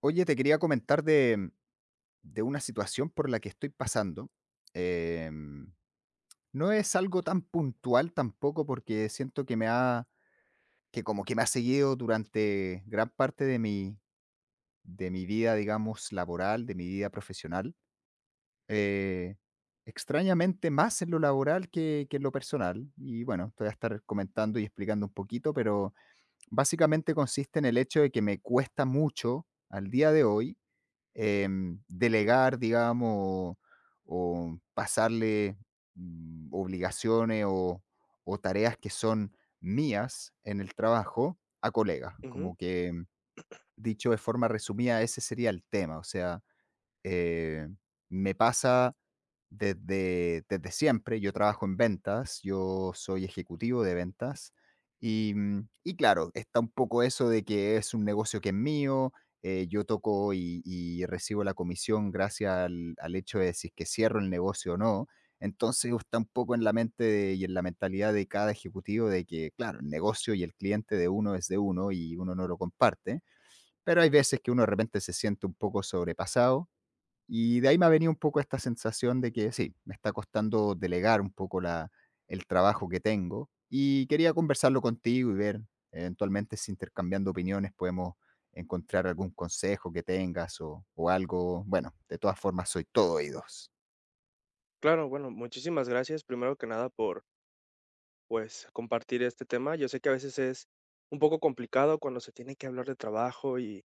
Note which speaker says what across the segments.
Speaker 1: Oye, te quería comentar de una situación por la que estoy pasando. Em, no es algo tan puntual tampoco porque siento que que como que me ha seguido durante gran parte de mi vida, digamos, laboral, de mi vida profesional. Eh, extrañamente más en lo laboral que en lo personal. Y bueno, te voy a estar comentando y explicando un poquito, pero básicamente consiste en el hecho de que me cuesta mucho al día de hoy delegar, digamos, o pasarle obligaciones o tareas que son mías en el trabajo a colegas.
Speaker 2: Ujú.
Speaker 1: Como que, dicho de forma resumida, ese sería el tema. O sea, eh, me pasa desde siempre. Yo trabajo en ventas, yo soy ejecutivo de ventas y claro, está un poco eso de que es un negocio que es mío, yo toco y recibo la comisión gracias al hecho de si es que cierro el negocio o no. Entonces está un poco en la mente de- y en la mentalidad de cada ejecutivo de que, claro, el negocio y el cliente de uno es de uno y uno no lo comparte, pero hay veces que uno de repente se siente un poco sobrepasado y de ahí me ha venido un poco esta sensación de que sí, me está costando delegar un poco la el trabajo que tengo, y quería conversarlo contigo y ver, eventualmente, si intercambiando opiniones podemos encontrar algún consejo que tengas o algo. Bueno, de todas formas, soy todo oídos.
Speaker 2: Claro, bueno, muchísimas gracias, primero que nada, por, pues, compartir este tema. Yo sé que a veces es un poco complicado cuando se tiene que hablar de trabajo y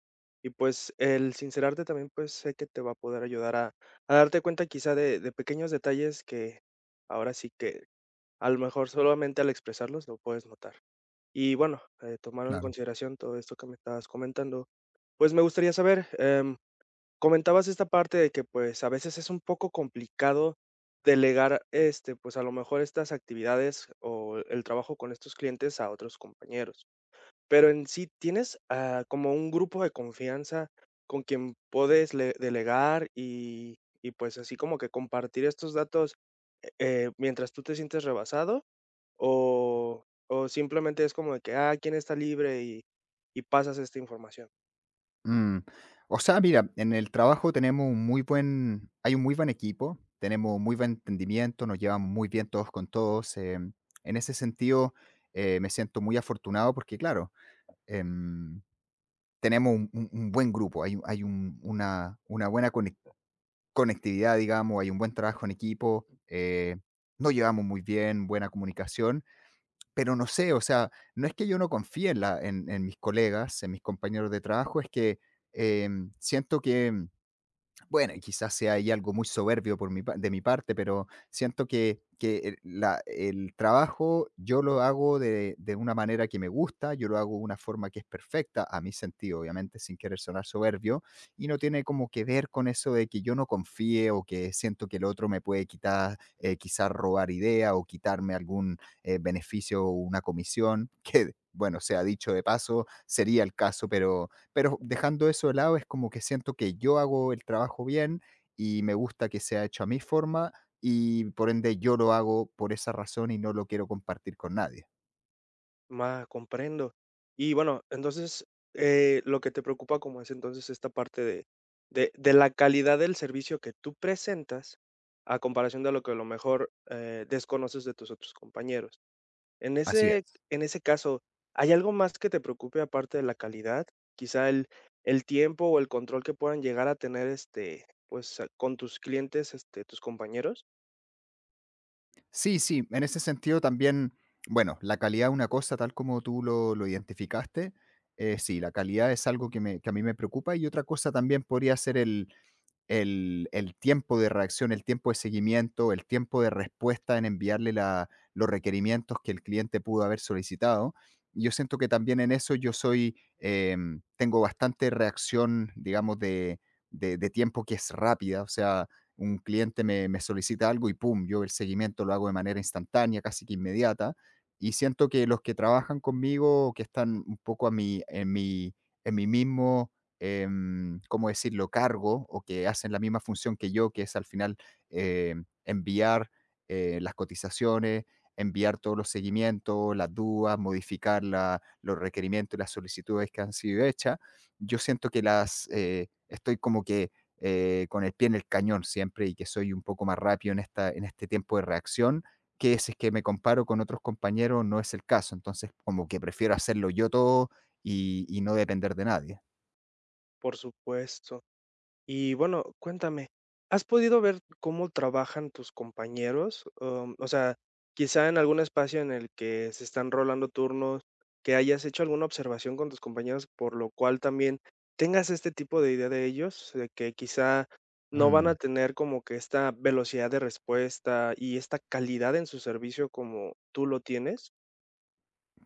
Speaker 2: y, pues, el sincerarte también, pues, sé que te va a poder ayudar a darte cuenta quizá de pequeños detalles que ahora sí que, a lo mejor, solamente al expresarlos lo puedes notar. Y bueno, tomando en
Speaker 1: Claro.
Speaker 2: consideración todo esto que me estabas comentando, pues, me gustaría saber, comentabas esta parte de que, pues, a veces es un poco complicado delegar, este, pues, a lo mejor estas actividades o el trabajo con estos clientes a otros compañeros. Pero en sí, ¿tienes, ah, como un grupo de confianza con quien puedes le delegar y, pues, así como que compartir estos datos, mientras tú te sientes rebasado? ¿O o simplemente es como de que, ah, quién está libre y pasas esta información?
Speaker 1: Mm, o sea, mira, en el trabajo tenemos un muy buen hay un muy buen equipo, tenemos muy buen entendimiento, nos llevamos muy bien todos con todos, en ese sentido, me siento muy afortunado porque, claro, em, tenemos un buen grupo, hay una buena conectividad, digamos, hay un buen trabajo en equipo, nos llevamos muy bien, buena comunicación, pero no sé, o sea, no es que yo no confíe en mis colegas, en mis compañeros de trabajo, es que siento que bueno, y quizás sea ahí algo muy soberbio de mi parte, pero siento que el trabajo yo lo hago de una manera que me gusta, yo lo hago de una forma que es perfecta, a mi sentido, obviamente, sin querer sonar soberbio, y no tiene como que ver con eso de que yo no confíe o que siento que el otro me puede quitar, quizás robar idea o quitarme algún beneficio o una comisión, que, bueno, sea dicho de paso, sería el caso, pero dejando eso de lado, es como que siento que yo hago el trabajo bien y me gusta que sea hecho a mi forma y por ende yo lo hago por esa razón y no lo quiero compartir con nadie.
Speaker 2: Más comprendo. Y bueno, entonces, lo que te preocupa como es entonces esta parte de la calidad del servicio que tú presentas, a comparación de lo que a lo mejor, desconoces de tus otros compañeros. En
Speaker 1: Así
Speaker 2: ese
Speaker 1: es.
Speaker 2: en ese caso, ¿hay algo más que te preocupe aparte de la calidad? Quizá el tiempo o el control que puedan llegar a tener, este, pues, a- con tus clientes, este, tus compañeros.
Speaker 1: Sí, sí, en ese sentido también, bueno, la calidad es una cosa tal como tú lo identificaste. Sí, la calidad es algo que a mí me preocupa y otra cosa también podría ser el tiempo de reacción, el tiempo de seguimiento, el tiempo de respuesta en enviarle los requerimientos que el cliente pudo haber solicitado. Yo siento que también en eso tengo bastante reacción, digamos, de tiempo que es rápida. O sea, un cliente me solicita algo y pum, yo el seguimiento lo hago de manera instantánea, casi que inmediata. Y siento que los que trabajan conmigo, que están un poco a mi, en, mi, en mi mismo ¿cómo decirlo?, cargo o que hacen la misma función que yo, que es al final, enviar, las cotizaciones, enviar todos los seguimientos, las dudas, modificar la los requerimientos y las solicitudes que han sido hechas. Yo siento que estoy como que, con el pie en el cañón siempre y que soy un poco más rápido en este tiempo de reacción, que si es que me comparo con otros compañeros no es el caso. Entonces, como que prefiero hacerlo yo todo y no depender de nadie.
Speaker 2: Por supuesto. Y bueno, cuéntame, ¿has podido ver cómo trabajan tus compañeros? Am, o sea, quizá en algún espacio en el que se están rolando turnos, que hayas hecho alguna observación con tus compañeros, por lo cual también tengas este tipo de idea de ellos, de que quizá no van a
Speaker 1: Mm.
Speaker 2: tener como que esta velocidad de respuesta y esta calidad en su servicio como tú lo tienes.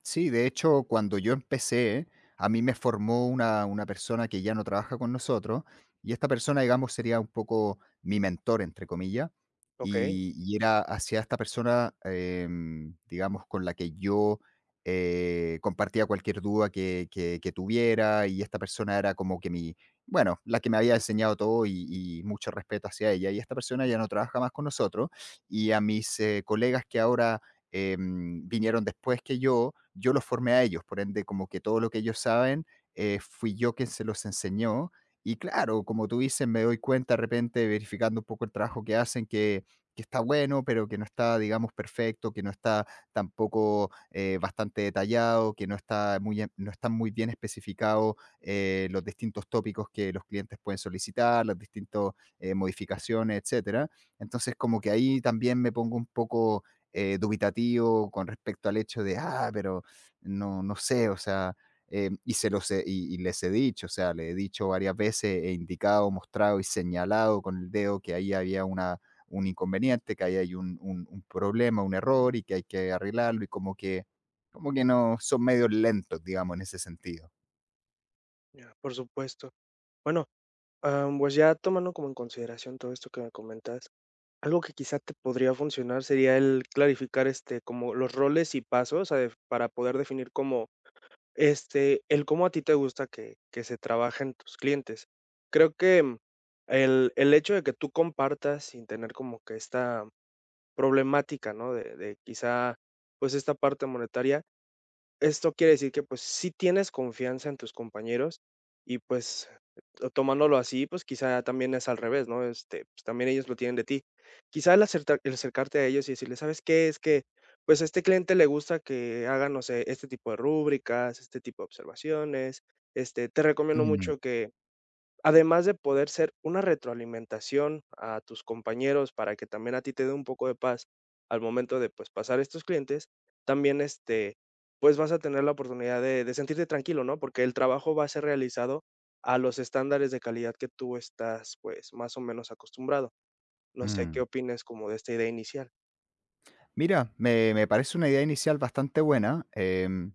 Speaker 1: Sí, de hecho, cuando yo empecé, a mí me formó una persona que ya no trabaja con nosotros, y esta persona, digamos, sería un poco mi mentor, entre comillas,
Speaker 2: Ok,
Speaker 1: y era hacia esta persona, digamos, con la que yo compartía cualquier duda que tuviera, y esta persona era como que bueno, la que me había enseñado todo y mucho respeto hacia ella, y esta persona ya no trabaja más con nosotros, y a mis colegas que ahora vinieron después que yo, los formé a ellos, por ende, como que todo lo que ellos saben, fui yo quien se los enseñó. Y claro, como tú dices, me doy cuenta de repente, verificando un poco el trabajo que hacen, que está bueno, pero que no está, digamos, perfecto, que no está tampoco bastante detallado, que no está no están muy bien especificado los distintos tópicos que los clientes pueden solicitar, las distintas modificaciones, etcétera. Entonces, como que ahí también me pongo un poco dubitativo con respecto al hecho de, ah, pero no, no sé, o sea, y, se los he- y les he dicho, o sea, le he dicho varias veces, he indicado, mostrado y señalado con el dedo que ahí había un inconveniente, que ahí hay un problema, un error y que hay que arreglarlo y como que no, son medios lentos, digamos, en ese sentido.
Speaker 2: ya, por supuesto. Bueno, am, pues ya tomando como en consideración todo esto que me comentas. Algo que quizá te podría funcionar sería el clarificar, este, como los roles y pasos, para poder definir como, este, el cómo a ti te gusta que se trabajen tus clientes. Creo que mm, el hecho de que tú compartas sin tener como que esta problemática, ¿no? De quizá, pues, esta parte monetaria, esto quiere decir que, pues, sí tienes confianza en tus compañeros y, pues, to tomándolo así, pues, quizá también es al revés, ¿no? Este, pues, también ellos lo tienen de ti. Quizá el acercarte a ellos y decirles: "¿Sabes qué? Es que, pues, a este cliente le gusta que hagan, no sé, este tipo de rúbricas, este tipo de observaciones, este, te recomiendo
Speaker 1: Mm,
Speaker 2: mucho que". Además de poder ser una retroalimentación a tus compañeros para que también a ti te dé un poco de paz al momento de, pues, pasar estos clientes, también, este, pues, vas a tener la oportunidad de sentirte tranquilo, ¿no? Porque el trabajo va a ser realizado a los estándares de calidad que tú estás, pues, más o menos acostumbrado. No sé, ¿qué
Speaker 1: mm.
Speaker 2: opines como de esta idea inicial?
Speaker 1: Mira, me parece una idea inicial bastante buena.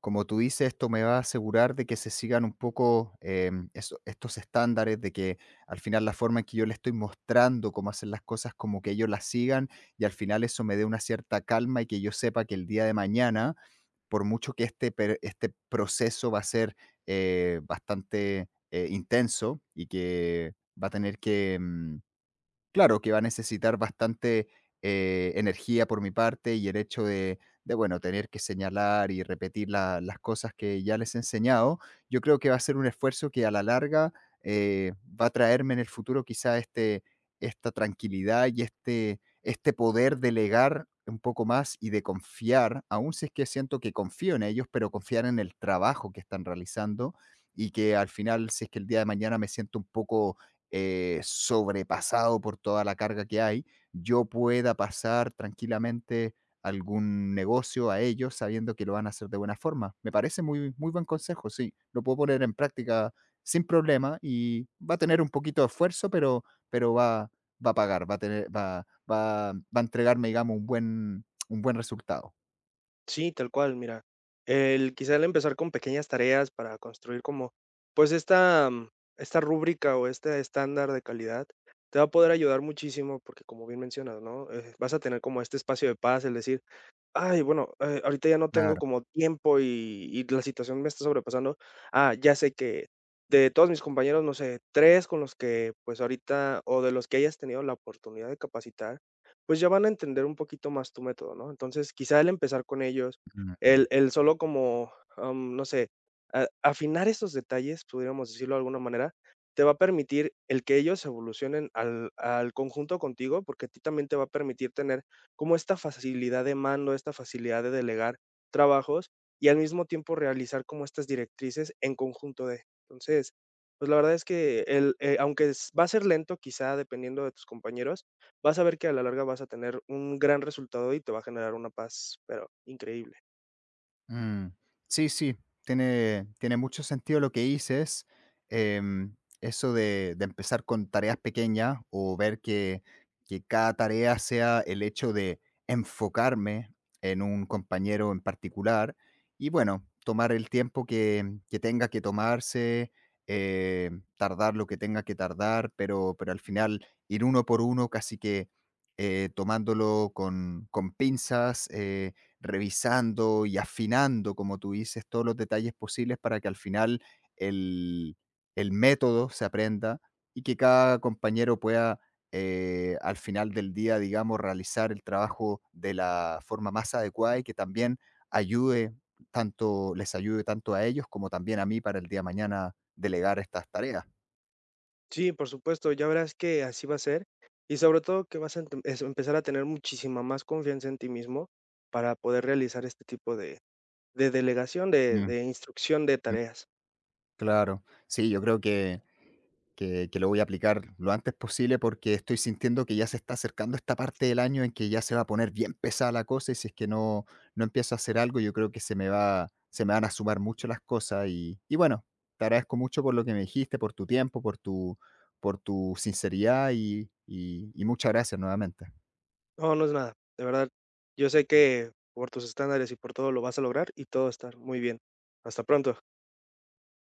Speaker 1: Como tú dices, esto me va a asegurar de que se sigan un poco estos estándares, de que al final la forma en que yo le estoy mostrando cómo hacer las cosas, como que ellos las sigan, y al final eso me dé una cierta calma y que yo sepa que el día de mañana, por mucho que este proceso va a ser bastante intenso y que va a tener que, claro, que va a necesitar bastante, energía por mi parte y el hecho de, bueno, tener que señalar y repetir la las cosas que ya les he enseñado, yo creo que va a ser un esfuerzo que a la larga, eh, va a traerme en el futuro quizá esta tranquilidad y este poder delegar un poco más y de confiar, aún si es que siento que confío en ellos, pero confiar en el trabajo que están realizando y que al final, si es que el día de mañana me siento un poco sobrepasado por toda la carga que hay, yo pueda pasar tranquilamente algún negocio a ellos sabiendo que lo van a hacer de buena forma. Me parece muy, muy buen consejo, sí. Lo puedo poner en práctica sin problema y va a tener un poquito de esfuerzo, pero va, va a pagar, va a tener, va a entregarme, digamos, un buen resultado.
Speaker 2: Sí, tal cual, mira. El quizá el empezar con pequeñas tareas para construir como, pues, esta, mm, esta rúbrica o este estándar de calidad te va a poder ayudar muchísimo porque como bien mencionas, ¿no? Vas a tener como este espacio de paz, el decir: "Ay, bueno, ahorita ya no tengo
Speaker 1: Claro.
Speaker 2: como tiempo y la situación me está sobrepasando. Ah, ya sé que de todos mis compañeros, no sé, 3 con los que, pues, ahorita o de los que hayas tenido la oportunidad de capacitar, pues, ya van a entender un poquito más tu método", ¿no? Entonces, quizá el empezar con ellos,
Speaker 1: Mm.
Speaker 2: el
Speaker 1: Mm.
Speaker 2: el solo como, am, no sé, a afinar esos detalles, pudiéramos decirlo de alguna manera, te va a permitir el que ellos evolucionen al conjunto contigo, porque a ti también te va a permitir tener como esta facilidad de mando, esta facilidad de delegar trabajos y al mismo tiempo realizar como estas directrices en conjunto de. Entonces, pues la verdad es que el, aunque es- va a ser lento, quizá dependiendo de tus compañeros, vas a ver que a la larga vas a tener un gran resultado y te va a generar una paz, pero increíble.
Speaker 1: Mm, sí, sí, tiene mucho sentido lo que dices. em, eso de empezar con tareas pequeñas o ver que cada tarea sea el hecho de enfocarme en un compañero en particular y bueno, tomar el tiempo que tenga que tomarse, eh, tardar lo que tenga que tardar, pero al final ir uno por uno, casi que tomándolo con pinzas. Revisando y afinando, como tú dices, todos los detalles posibles para que al final el, el método se aprenda y que cada compañero pueda al final del día, digamos, realizar el trabajo de la forma más adecuada y que también ayude les ayude tanto a ellos como también a mí para el día de mañana delegar estas tareas.
Speaker 2: Sí, por supuesto, ya verás que así va a ser y sobre todo que vas a empezar a tener muchísima más confianza en ti mismo para poder realizar este tipo de delegación, de
Speaker 1: Mm.
Speaker 2: de instrucción de tareas.
Speaker 1: Claro. Sí, yo creo que lo voy a aplicar lo antes posible porque estoy sintiendo que ya se está acercando esta parte del año en que ya se va a poner bien pesada la cosa y si es que no empiezo a hacer algo, yo creo que se me van a sumar mucho las cosas y bueno, te agradezco mucho por lo que me dijiste, por tu tiempo, por tu sinceridad y muchas gracias nuevamente.
Speaker 2: No, no es nada. De verdad, yo sé que por tus estándares y por todo lo vas a lograr y todo va a estar muy bien. Hasta pronto.